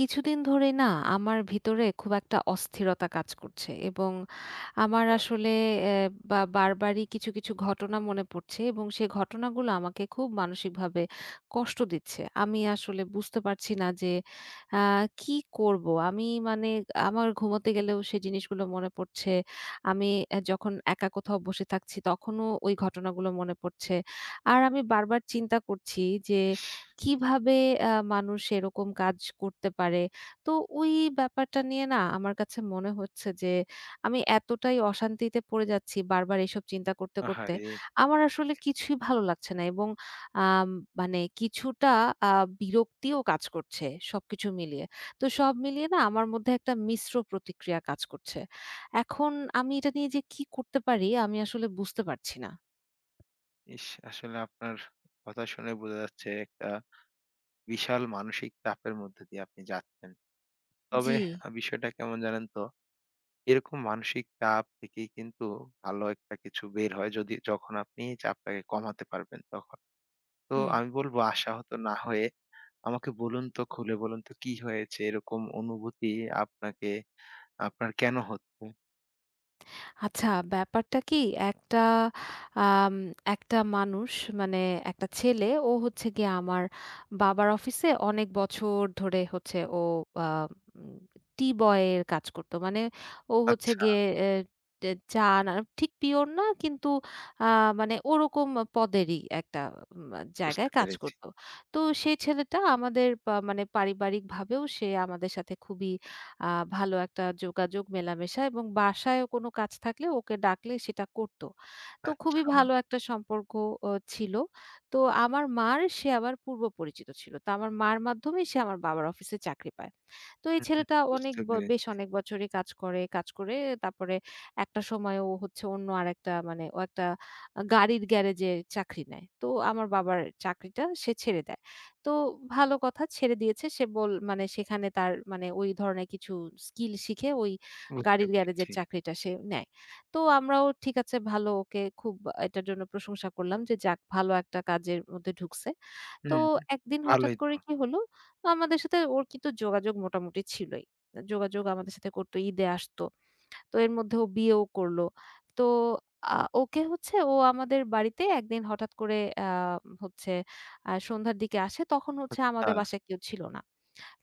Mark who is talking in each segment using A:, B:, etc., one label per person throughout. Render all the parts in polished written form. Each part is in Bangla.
A: কিছুদিন ধরে না আমার ভিতরে খুব একটা অস্থিরতা কাজ করছে। এবং আমার
B: আ
A: আসলে বা বারবারই কিছু কিছু ঘটনা মনে পড়ছে, এবং সেই ঘটনাগুলো আমাকে খুব মানসিকভাবে কষ্ট দিচ্ছে। আমি আসলে বুঝতে পারছি না যে কি করব। আমি মানে আমার ঘুমোতে গেলেও সেই জিনিসগুলো মনে পড়ছে। আমি যখন একা কোথাও বসে থাকছি তখনও ওই ঘটনাগুলো মনে পড়ছে। আর আমি বারবার চিন্তা করছি যে
B: ইস!
A: কিভাবে মানুষ এরকম কাজ করতে পারে? তো ওই ব্যাপারটা নিয়ে না আমার কাছে মনে হচ্ছে যে আমি এতটাই অশান্তিতে পড়ে যাচ্ছি বারবার এসব চিন্তা করতে, করতে।
B: আহারে!
A: আমার আসলে কিছুই ভালো লাগছে না, এবং আম মানে কিছুটা আ বিরক্তিও কাজ করছে সবকিছু মিলিয়ে। তো সব মিলিয়ে না আমার মধ্যে একটা মিশ্র প্রতিক্রিয়া কাজ করছে। এখন আমি এটা নিয়ে যে কি করতে পারি আমি আসলে বুঝতে পারছি না।
B: ইস! আসলে আপনার কথা শুনে বোঝা যাচ্ছে একটা বিশাল মানসিক চাপের মধ্যে দিয়ে আপনি যাচ্ছেন।
A: জি,
B: তবে বিষয়টা কেমন জানেন তো? এরকম মানসিক চাপ থেকেই কিন্তু ভালো একটা কিছু বের হয় যদি যখন আপনি এই চাপটাকে কমাতে পারবেন তখন। তো
A: হুম।
B: আমি বলব আশাহত না হয়ে আমাকে বলুন তো, খুলে বলুন তো কি হয়েছে? এরকম অনুভূতি আপনাকে আপনার কেন হচ্ছে?
A: আচ্ছা, ব্যাপারটা কি একটা আম একটা মানুষ মানে একটা ছেলে ও হচ্ছে গিয়ে আমার বাবার অফিসে অনেক বছর ধরে হচ্ছে ও আ উম টি বয় এর কাজ করতো। মানে ও হচ্ছে
B: আচ্ছা,
A: গিয়ে এ টে চা না ঠিক পিওর না, কিন্তু আ মানে ওরকম পদেরই একটা উম
B: বুঝতে
A: জায়গায় কাজ
B: পেরেছি।
A: করতো। তো সেই ছেলেটা আমাদের মানে পারিবারিকভাবেও সে আমাদের সাথে খুবই আ ভালো একটা যোগাযোগ মেলামেশা, এবং বাসায়ও কোনো কাজ থাকলে ওকে ডাকলে সেটা করত। তো
B: আচ্ছা,
A: খুবই ভালো একটা সম্পর্ক ছিল। তো আমার মার সে আবার পূর্ব পরিচিত ছিল। তো আমার মার মাধ্যমেই সে আমার বাবার অফিসে চাকরি পায়। তো এই
B: হুম,
A: ছেলেটা অনেক
B: বুঝতে
A: বেশ
B: পেরেছি,
A: অনেক বছরই কাজ করে। তারপরে একটা সময় ও হচ্ছে অন্য আরেকটা মানে ও একটা গাড়ির গ্যারেজে চাকরি নেয়। তো আমার বাবার চাকরিটা সে ছেড়ে দেয়। তো ভালো কথা ছেড়ে দিয়েছে। সে বল মানে সেখানে তার মানে ওই ধরনের কিছু স্কিল শিখে ওই
B: বুঝতে
A: গাড়ির গ্যারেজের
B: পেরেছি।
A: চাকরিটা সে নেয়। তো আমরাও ঠিক আছে ভালো, ওকে খুব এটার জন্য প্রশংসা করলাম যে যাক ভালো একটা কাজের মধ্যে ঢুকছে। তো
B: হুম,
A: একদিন হঠাৎ
B: ভালোই তো।
A: করে কি হলো, আমাদের সাথে ওর কিন্তু যোগাযোগ মোটামুটি ছিলই। যোগাযোগ আমাদের সাথে করত, ঈদে আসতো। তো এর মধ্যে ও বিয়েও করল। তো ওকে হচ্ছে ও আমাদের বাড়িতে একদিন হঠাৎ করে আ হচ্ছে সন্ধ্যার দিকে আসে। তখন হচ্ছে
B: আচ্ছা,
A: আমাদের বাসায় কেউ ছিল না।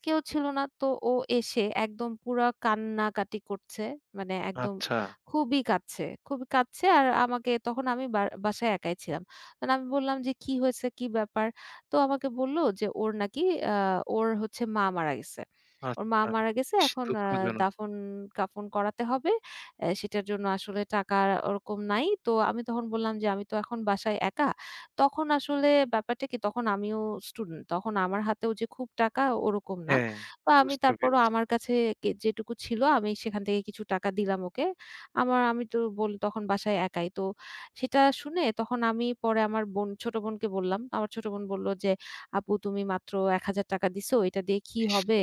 A: কেউ ছিল না। তো ও এসে একদম পুরা কান্নাকাটি করছে। মানে একদম
B: আচ্ছা,
A: খুবই কাঁদছে, খুবই কাঁদছে। আর আমাকে তখন আমি বাসায় একাই ছিলাম। তখন আমি বললাম যে, "কি হয়েছে? কি ব্যাপার?" তো আমাকে বলল যে, ওর নাকি আ ওর হচ্ছে মা মারা গেছে। ওর মা
B: আচ্ছা।
A: মারা গেছে।
B: ইস!
A: এখন
B: দুঃখজনক।
A: দাফন-কাফন করাতে হবে। সেটার জন্য আসলে টাকা ওরকম নাই। তো আমি তখন বললাম যে, "আমি তো এখন বাসায় একা।" তখন আসলে ব্যাপারটা কি তখন আমিও স্টুডেন্ট। তখন আমার হাতেও যে খুব টাকা ওরকম না।
B: হ্যাঁ,
A: তো আমি
B: বুঝতে
A: তারপরও
B: পেরেছি।
A: আমার কাছে কে যেটুকু ছিল আমি সেখান থেকে কিছু টাকা দিলাম ওকে। আমার আমি তো তখন বাসায় একাই। তো সেটা শুনে তখন আমি পরে আমার ছোট বোনকে বললাম। আমার ছোট বোন বলল যে, "আপু তুমি মাত্র ৳১,০০০ দিছো। এটা দিয়ে কি
B: ইস!
A: হবে?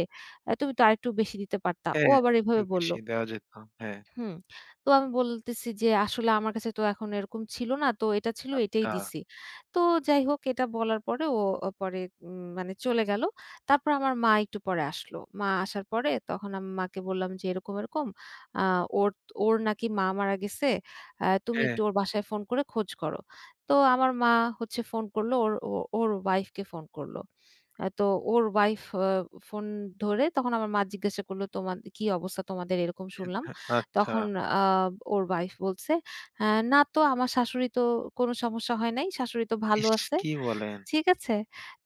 A: তুমি তো আরেকটু বেশি দিতে পারতা।" ও
B: হ্যাঁ,
A: আবার
B: একটু
A: এভাবে বলল।
B: বেশি দেওয়া যেত। হ্যাঁ,
A: হুম। তো আমি বলতেছি যে, "আসলে আমার কাছে তো এখন এরকম ছিল না। তো এটা ছিল, এটাই
B: আচ্ছা।
A: দিছি।" তো যাই হোক এটা বলার পরে ও পরে মানে চলে গেল। তারপর আমার মা একটু পরে আসলো। মা আসার পরে তখন আমি মাকে বললাম যে, "এরকম, এরকম আ ওর ওর নাকি মা মারা গেছে। তুমি
B: হ্যাঁ,
A: একটু ওর বাসায় ফোন করে খোঁজ করো।" তো আমার মা হচ্ছে ফোন করলো, ওর ওর ওয়াইফকে ফোন করলো। তো ওর ওয়াইফ ফোন ধরে তখন আমার মা জিজ্ঞাসা করল, "তোমাদে কি অবস্থা তোমাদের?" এরকম
B: এ-
A: শুনলাম।
B: আচ্ছা।
A: তখন আ ওর ওয়াইফ বলছে, "হ্যাঁ, না তো আমার শাশুড়ি তো কোনো সমস্যা হয় নাই। শাশুড়ি তো ভালো
B: ইস!
A: আছে।"
B: কি বলেন?
A: ঠিক আছে?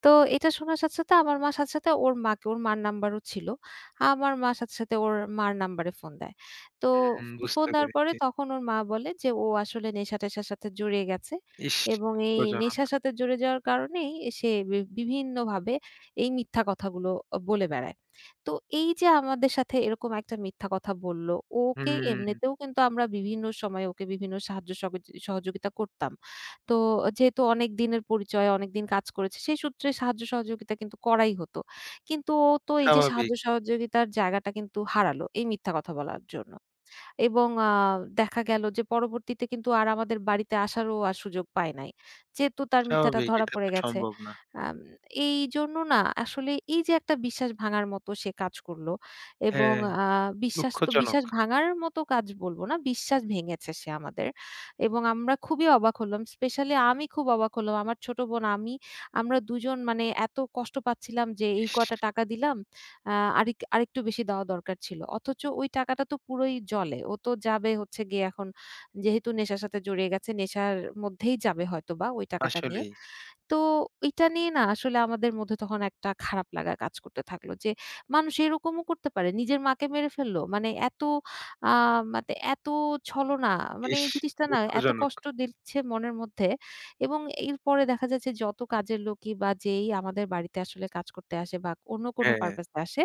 A: তো এটা শোনার সাথে, সাথে আমার মা সাথে, সাথে ওর মাকে ওর মার নাম্বারও ছিল। আমার মা সাথে, সাথে ওর মার নাম্বারে ফোন দেয়। তো
B: হুম,
A: ফোন
B: বুঝতে
A: দেওয়ার পরে
B: পেরেছি।
A: তখন ওর মা বলে যে, "ও আসলে নেশা-টেশার সাথে জড়িয়ে গেছে,
B: ইস!
A: এবং এই
B: দুঃখজনক।
A: নেশার সাথে জড়িয়ে যাওয়ার কারণেই সে বিভিন্নভাবে এই মিথ্যা কথাগুলো বলে বেড়ায়।" তো এই যে আমাদের সাথে এরকম একটা মিথ্যা কথা বলল, ওকে
B: হুম,
A: এমনিতেও কিন্তু আমরা বিভিন্ন সময়ে ওকে বিভিন্ন সাহায্য সহযোগিতা করতাম। তো যেহেতু অনেক দিনের পরিচয়, অনেকদিন কাজ করেছে, সেই সূত্রে সাহায্য সহযোগিতা কিন্তু করাই হতো। কিন্তু ও তো এই যে সাহায্য
B: স্বাভাবিক,
A: সহযোগিতার জায়গাটা কিন্তু হারালো, এই মিথ্যা কথা বলার জন্য। এবং দেখা গেল যে পরবর্তীতে কিন্তু আর আমাদের বাড়িতে আসারও আর সুযোগ পায় নাই। যেহেতু তার মিথ্যাটা
B: স্বাভাবিক।
A: ধরা
B: এটা
A: পড়ে
B: তো
A: গেছে।
B: সম্ভব না।
A: আম এইজন্য না আসলে এই যে একটা বিশ্বাস ভাঙার মতো সে কাজ করল, এবং
B: হ্যাঁ,
A: আ বিশ্বাস তো
B: দুঃখজনক।
A: বিশ্বাস ভাঙার মতো কাজ বলব না, বিশ্বাস ভেঙেছে সে আমাদের। এবং আমরা খুবই অবাক হলাম। স্পেশালি আমি খুব অবাক হলাম। আমার ছোট বোন, আমি, আমরা দুজন মানে এত কষ্ট পাচ্ছিলাম যে এই
B: ইস!
A: কয়টা টাকা দিলাম, আ আরেকটু বেশি দেওয়া দরকার ছিল। অথচ ওই টাকাটা তো পুরোই জলে। ও তো যাবে হচ্ছে গিয়ে এখন যেহেতু নেশার সাথে জড়িয়ে গেছে, নেশার মধ্যেই যাবে হয়তোবা ওই টাকাটা নিয়ে।
B: আসলেই।
A: তো এটা নিয়ে না আসলে আমাদের মধ্যে তখন একটা খারাপ লাগা কাজ করতে থাকলো যে মানুষ এরকমও করতে পারে। নিজের মাকে মেরে ফেললো। মানে এত আ মানে এত ছলনা মানে
B: ইস!
A: এই জিনিসটা না এত
B: দুঃখজনক।
A: কষ্ট দিচ্ছে মনের মধ্যে। এবং এরপরে দেখা যাচ্ছে যত কাজের লোকই বা যেই আমাদের বাড়িতে আসলে কাজ করতে আসে বা অন্য কোনো
B: হ্যাঁ,
A: পারপাস এ আসে,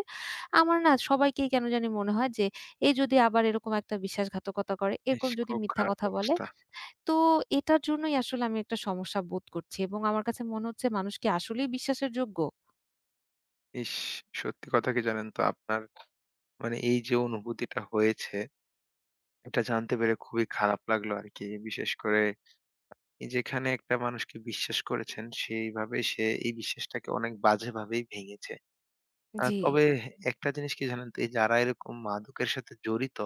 A: আমার না সবাইকেই কেন জানি মনে হয় যে এ যদি আবার এরকম একটা বিশ্বাসঘাতকতা করে,
B: ইস!
A: এরকম যদি
B: খুব
A: মিথ্যা
B: খারাপ
A: কথা বলে।
B: অবস্থা।
A: তো এটার জন্যই আসলে আমি একটা সমস্যা বোধ করছি, এবং আমার কাছে মনে হচ্ছে মানুষ কি আসলেই বিশ্বাসের যোগ্য?
B: ইস! সত্যি কথা কি জানেন তো আপনার মানে এই যে অনুভূতিটা হয়েছে, এটা জানতে পেরে খুবই খারাপ লাগলো আরকি। বিশেষ করে এই যেখানে একটা মানুষকে বিশ্বাস করেছেন, সেইভাবে সে এই বিশ্বাসটাকে অনেক বাজেভাবেই ভেঙেছে।
A: জি।
B: তবে একটা জিনিস কি জানেন তো? এই যারা এরকম মাদকের সাথে জড়িত,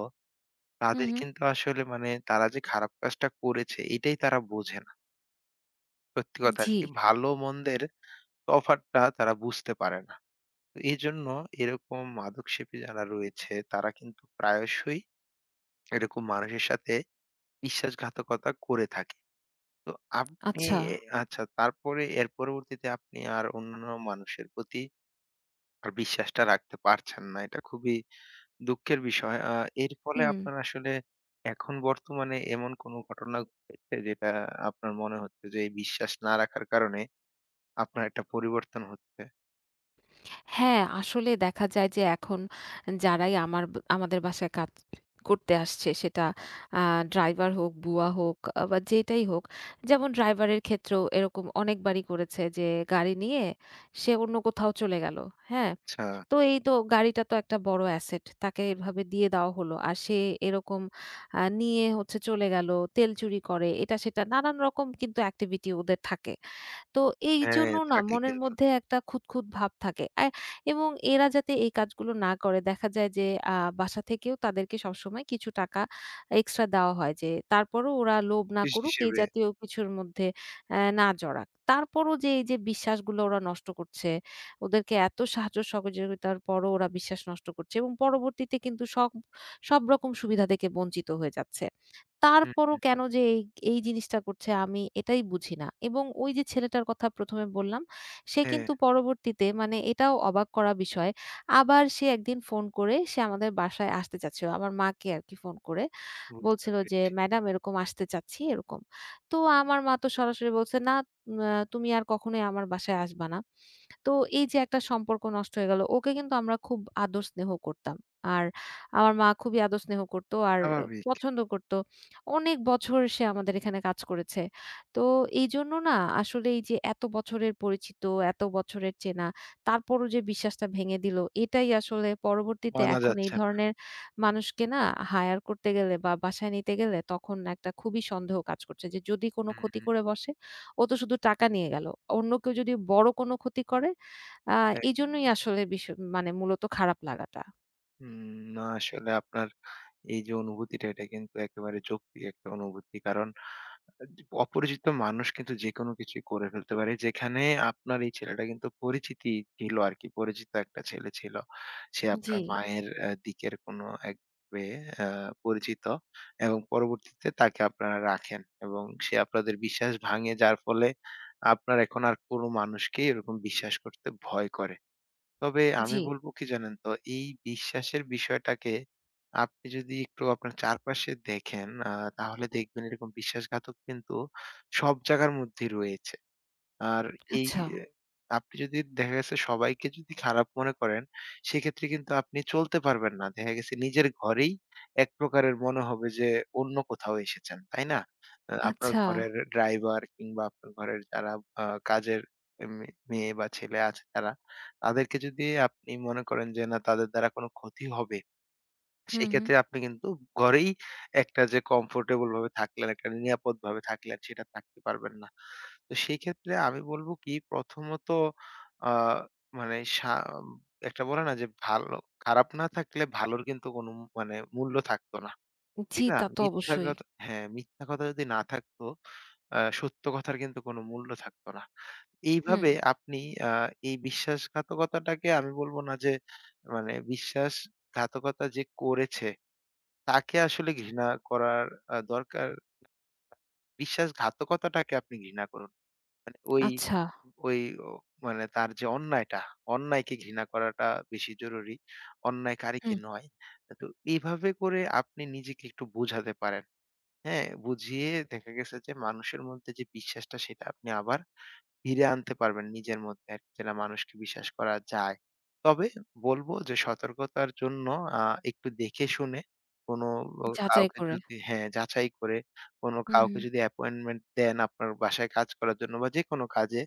A: হু,
B: তাদের
A: হু।
B: কিন্তু আসলে মানে তারা যে খারাপ কাজটা করেছে, এটাই তারা বোঝে না। সত্যি কথা
A: জি,
B: আরকি। ভালো মন্দের তফাৎটা তারা বুঝতে পারে না। তো এজন্য এরকম মাদক সেবী যারা রয়েছে, তারা কিন্তু প্রায়শই এরকম মানুষের সাথে বিশ্বাসঘাতকতা করে থাকে। তো আপনি
A: আচ্ছা।
B: এ আচ্ছা তারপরে এর পরবর্তীতে আপনি আর অন্যান্য মানুষের প্রতি আর বিশ্বাসটা রাখতে পারছেন না। এটা খুবই দুঃখের বিষয়। এর ফলে
A: হুম।
B: আপনার আসলে এখন বর্তমানে এমন কোনো ঘটনা ঘটেছে যেটা আপনার মনে হচ্ছে যে এই বিশ্বাস না রাখার কারণে আপনার একটা পরিবর্তন হচ্ছে?
A: হ্যাঁ, আসলে দেখা যায় যে এখন যারাই আমার আমাদের বাসায় কাজ করতে আসছে সেটা আ ড্রাইভার হোক, বুয়া হোক, বা যেটাই হোক। যেমন ড্রাইভারের ক্ষেত্রেও এরকম অনেকবারই করেছে যে গাড়ি নিয়ে সে অন্য কোথাও চলে গেল। হ্যাঁ?
B: আচ্ছা।
A: তো এই তো গাড়িটা তো একটা বড় অ্যাসেট। তাকে এভাবে দিয়ে দেওয়া হলো। আর সে এরকম নিয়ে হচ্ছে চলে গেল, তেল চুরি করে, এটা সেটা নানান রকম কিন্তু activity ওদের থাকে। তো
B: হ্যাঁ,
A: এইজন্য না
B: থাকে
A: মনের
B: কিন্তু।
A: মধ্যে একটা খুঁতখুঁত ভাব থাকে। এবং এরা যাতে এই কাজগুলো না করে দেখা যায় যে আ বাসা থেকেও তাদেরকে সবসময় কিছু টাকা এক্সট্রা দেওয়া হয়, যে তারপরও ওরা লোভ না
B: বিশ
A: করুক এই
B: হিসেবে।
A: জাতীয় কিছুর মধ্যে না জড়াক। তারপরও যে এই যে বিশ্বাসগুলো ওরা নষ্ট করছে, ওদেরকে এত সাহায্য সহযোগিতার পরও ওরা বিশ্বাস নষ্ট করছে, এবং পরবর্তীতে কিন্তু সব সব রকম সুবিধা থেকে বঞ্চিত হয়ে যাচ্ছে।
B: হুম,
A: তারপরও
B: হুম।
A: কেন যে এই, এই জিনিসটা করছে আমি এটাই বুঝি না। এবং ওই যে ছেলেটার কথা ১ম এ বললাম, সে
B: হ্যাঁ,
A: কিন্তু পরবর্তীতে মানে এটাও অবাক করা বিষয়। আবার সে একদিন ফোন করে সে আমাদের বাসায় আসতে চাচ্ছিল। আমার মাকে আরকি ফোন করে
B: বুঝতে
A: বলছিল যে,
B: পেরেছি।
A: "ম্যাডাম এরকম আসতে চাচ্ছি," এরকম। তো আমার মা তো সরাসরি বলছে, "না, তুমি আর কখনোই আমার বাসায় আসবা না।" তো এই যে একটা সম্পর্ক নষ্ট হয়ে গেল। ওকে কিন্তু আমরা খুব আদর স্নেহ করতাম। আর আমার মা খুবই আদর স্নেহ করত আর
B: স্বাভাবিক।
A: পছন্দ করত। অনেক বছর সে আমাদের এখানে কাজ করেছে। তো এইজন্য না আসলে এই যে এত বছরের পরিচিত, এত বছরের চেনা, তারপরও যে বিশ্বাসটা ভেঙে দিল, এটাই আসলে পরবর্তীতে
B: মানা
A: এখন এই
B: যাচ্ছে না।
A: ধরনের মানুষকে না হায়ার করতে গেলে বা বাসায় নিতে গেলে তখন একটা খুবই সন্দেহ কাজ করছে যে যদি কোনো
B: হুম,
A: ক্ষতি
B: হুম।
A: করে বসে। ও তো শুধু টাকা নিয়ে গেল। অন্য কেউ যদি বড় কোনো ক্ষতি করে। আ
B: এটা
A: এজন্যই আসলে মানে মূলত খারাপ লাগাটা।
B: উম না আসলে আপনার এই যে অনুভূতিটা এটা কিন্তু একেবারে যৌক্তিক একটা অনুভূতি। কারণ আ অপরিচিত মানুষ কিন্তু যেকোনো কিছুই করে ফেলতে পারে। যেখানে আপনার এই ছেলেটা কিন্তু পরিচিতি ছিল আরকি। পরিচিত একটা ছেলে ছিল। সে
A: জি,
B: আপনার মায়ের দিকের কোনো এক মেয়ে আ পরিচিত এবং পরবর্তীতে তাকে আপনারা রাখেন এবং সে আপনাদের বিশ্বাস ভাঙে যার ফলে আপনার এখন আর কোনো মানুষকেই এরকম বিশ্বাস করতে ভয় করে। তবে আমি
A: জি।
B: বলব কি জানেন তো? এই বিশ্বাসের বিষয়টাকে আপনি যদি একটু আপনার চারপাশে দেখেন তাহলে দেখবেন এরকম বিশ্বাসঘাতক কিন্তু সব জায়গার মধ্যেই রয়েছে। আর এই
A: আচ্ছা,
B: এ আপনি যদি দেখা গেছে সবাইকে যদি খারাপ মনে করেন, সেক্ষেত্রে কিন্তু আপনি চলতে পারবেন না। দেখা গেছে নিজের ঘরেই এক প্রকারের মনে হবে যে অন্য কোথাও এসেছেন, তাই না? আপনার
A: আচ্ছা।
B: ঘরের ড্রাইভার কিংবা আপনার ঘরের যারা কাজের মেয়ে বা ছেলে আছে তারা, তাদেরকে যদি আপনি মনে করেন যে না তাদের দ্বারা কোনো ক্ষতি হবে,
A: হুম, হুম।
B: সেক্ষেত্রে আপনি কিন্তু ঘরেই একটা যে কমফোর্টেবল ভাবে থাকলেন, একটা নিরাপদ ভাবে থাকলেন সেটা থাকতে পারবেন না। তো সেই ক্ষেত্রে আমি বলব কি প্রথমত আ মানে একটা বলে না যে ভালো খারাপ না থাকলে ভালোর কিন্তু কোনো মানে মূল্য থাকতো না। ঠিক
A: জি,
B: না?
A: তা তো
B: মিথ্যা
A: অবশ্যই।
B: কথা হ্যাঁ, মিথ্যা কথা যদি না থাকতো সত্য কথার কিন্তু কোনো মূল্য থাকতো না।
A: হুম,
B: এইভাবে আপনি আ এই বিশ্বাসঘাতকতাটাকে আমি বলব না যে মানে বিশ্বাসঘাতকতা যে করেছে তাকে আসলে ঘৃণা করার দরকার বিশ্বাসঘাতকতাটাকে আপনি ঘৃণা করুন। মানে ওই,
A: আচ্ছা।
B: ওই ও মানে তার যে অন্যায়টা, অন্যায়কে ঘৃণা করাটা বেশি জরুরি, অন্যায়কারীকে
A: হুম,
B: নয়। তো এইভাবে করে আপনি নিজেকে একটু বোঝাতে পারেন। হ্যাঁ? বুঝিয়ে দেখা গেছে যে মানুষের মধ্যে যে বিশ্বাসটা সেটা আপনি আবার ফিরে আনতে পারবেন নিজের মধ্যে আরকি যেটা মানুষকে বিশ্বাস করা যায়। তবে বলবো যে সতর্কতার জন্য আ একটু দেখে শুনে কোনো
A: যাচাই
B: কাউকে
A: করে।
B: যদি হ্যাঁ, যাচাই করে কোনো
A: হুম, হুম।
B: কাউকে যদি অ্যাপয়েন্টমেন্ট দেন আপনার বাসায় কাজ করার জন্য বা যেকোনো কাজে,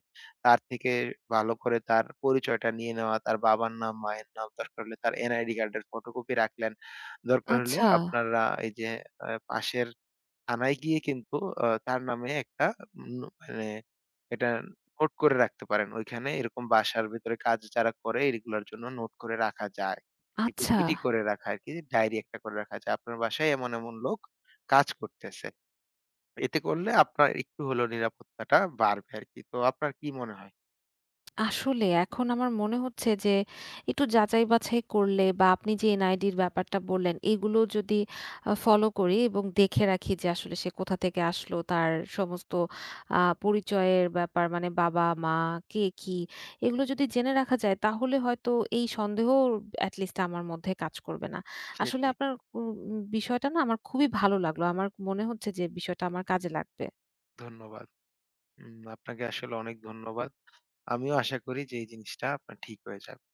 B: তার থেকে ভালো করে তার পরিচয়টা নিয়ে নেওয়া, তার বাবার নাম, মায়ের নাম, দরকার হলে তার এনআইডি কার্ডের ফটোকপি রাখলেন। দরকার হলে
A: আচ্ছা,
B: আপনারা এই যে পাশের থানায় গিয়ে কিন্তু তার নামে একটা মানে এটা নোট করে রাখতে পারেন। ওইখানে এরকম বাসার ভেতরে কাজ যারা করে এগুলার জন্য নোট করে রাখা যায়। একটু
A: আচ্ছা।
B: চিঠি করে রাখা আরকি, ডায়েরি একটা করে রাখা যে আপনার বাসায় এমন, এমন লোক কাজ করতেছে। এতে করলে আপনার একটু হলেও নিরাপত্তাটা বাড়বে আরকি। তো আপনার কি মনে হয়?
A: আসলে এখন আমার মনে হচ্ছে যে একটু যাচাই-বাছাই করলে, বা আপনি যে এনআইডির ব্যাপারটা বললেন, এগুলো যদি ফলো করি এবং দেখে রাখি যে আসলে সে কোথা থেকে আসলো, তার সমস্ত পরিচয়ের ব্যাপার মানে বাবা, মা, কে কি এগুলো যদি জেনে রাখা যায় তাহলে হয়তো এই সন্দেহ এট লিস্ট আমার মধ্যে কাজ করবে না। আসলে
B: সেটাই।
A: আপনার উ বিষয়টা না আমার খুবই ভালো লাগলো। আমার মনে হচ্ছে যে বিষয়টা আমার কাজে লাগবে।
B: ধন্যবাদ। আপনাকে আসলে অনেক ধন্যবাদ। আমিও আশা করি যে এই জিনিসটা আপনার ঠিক হয়ে যাবে।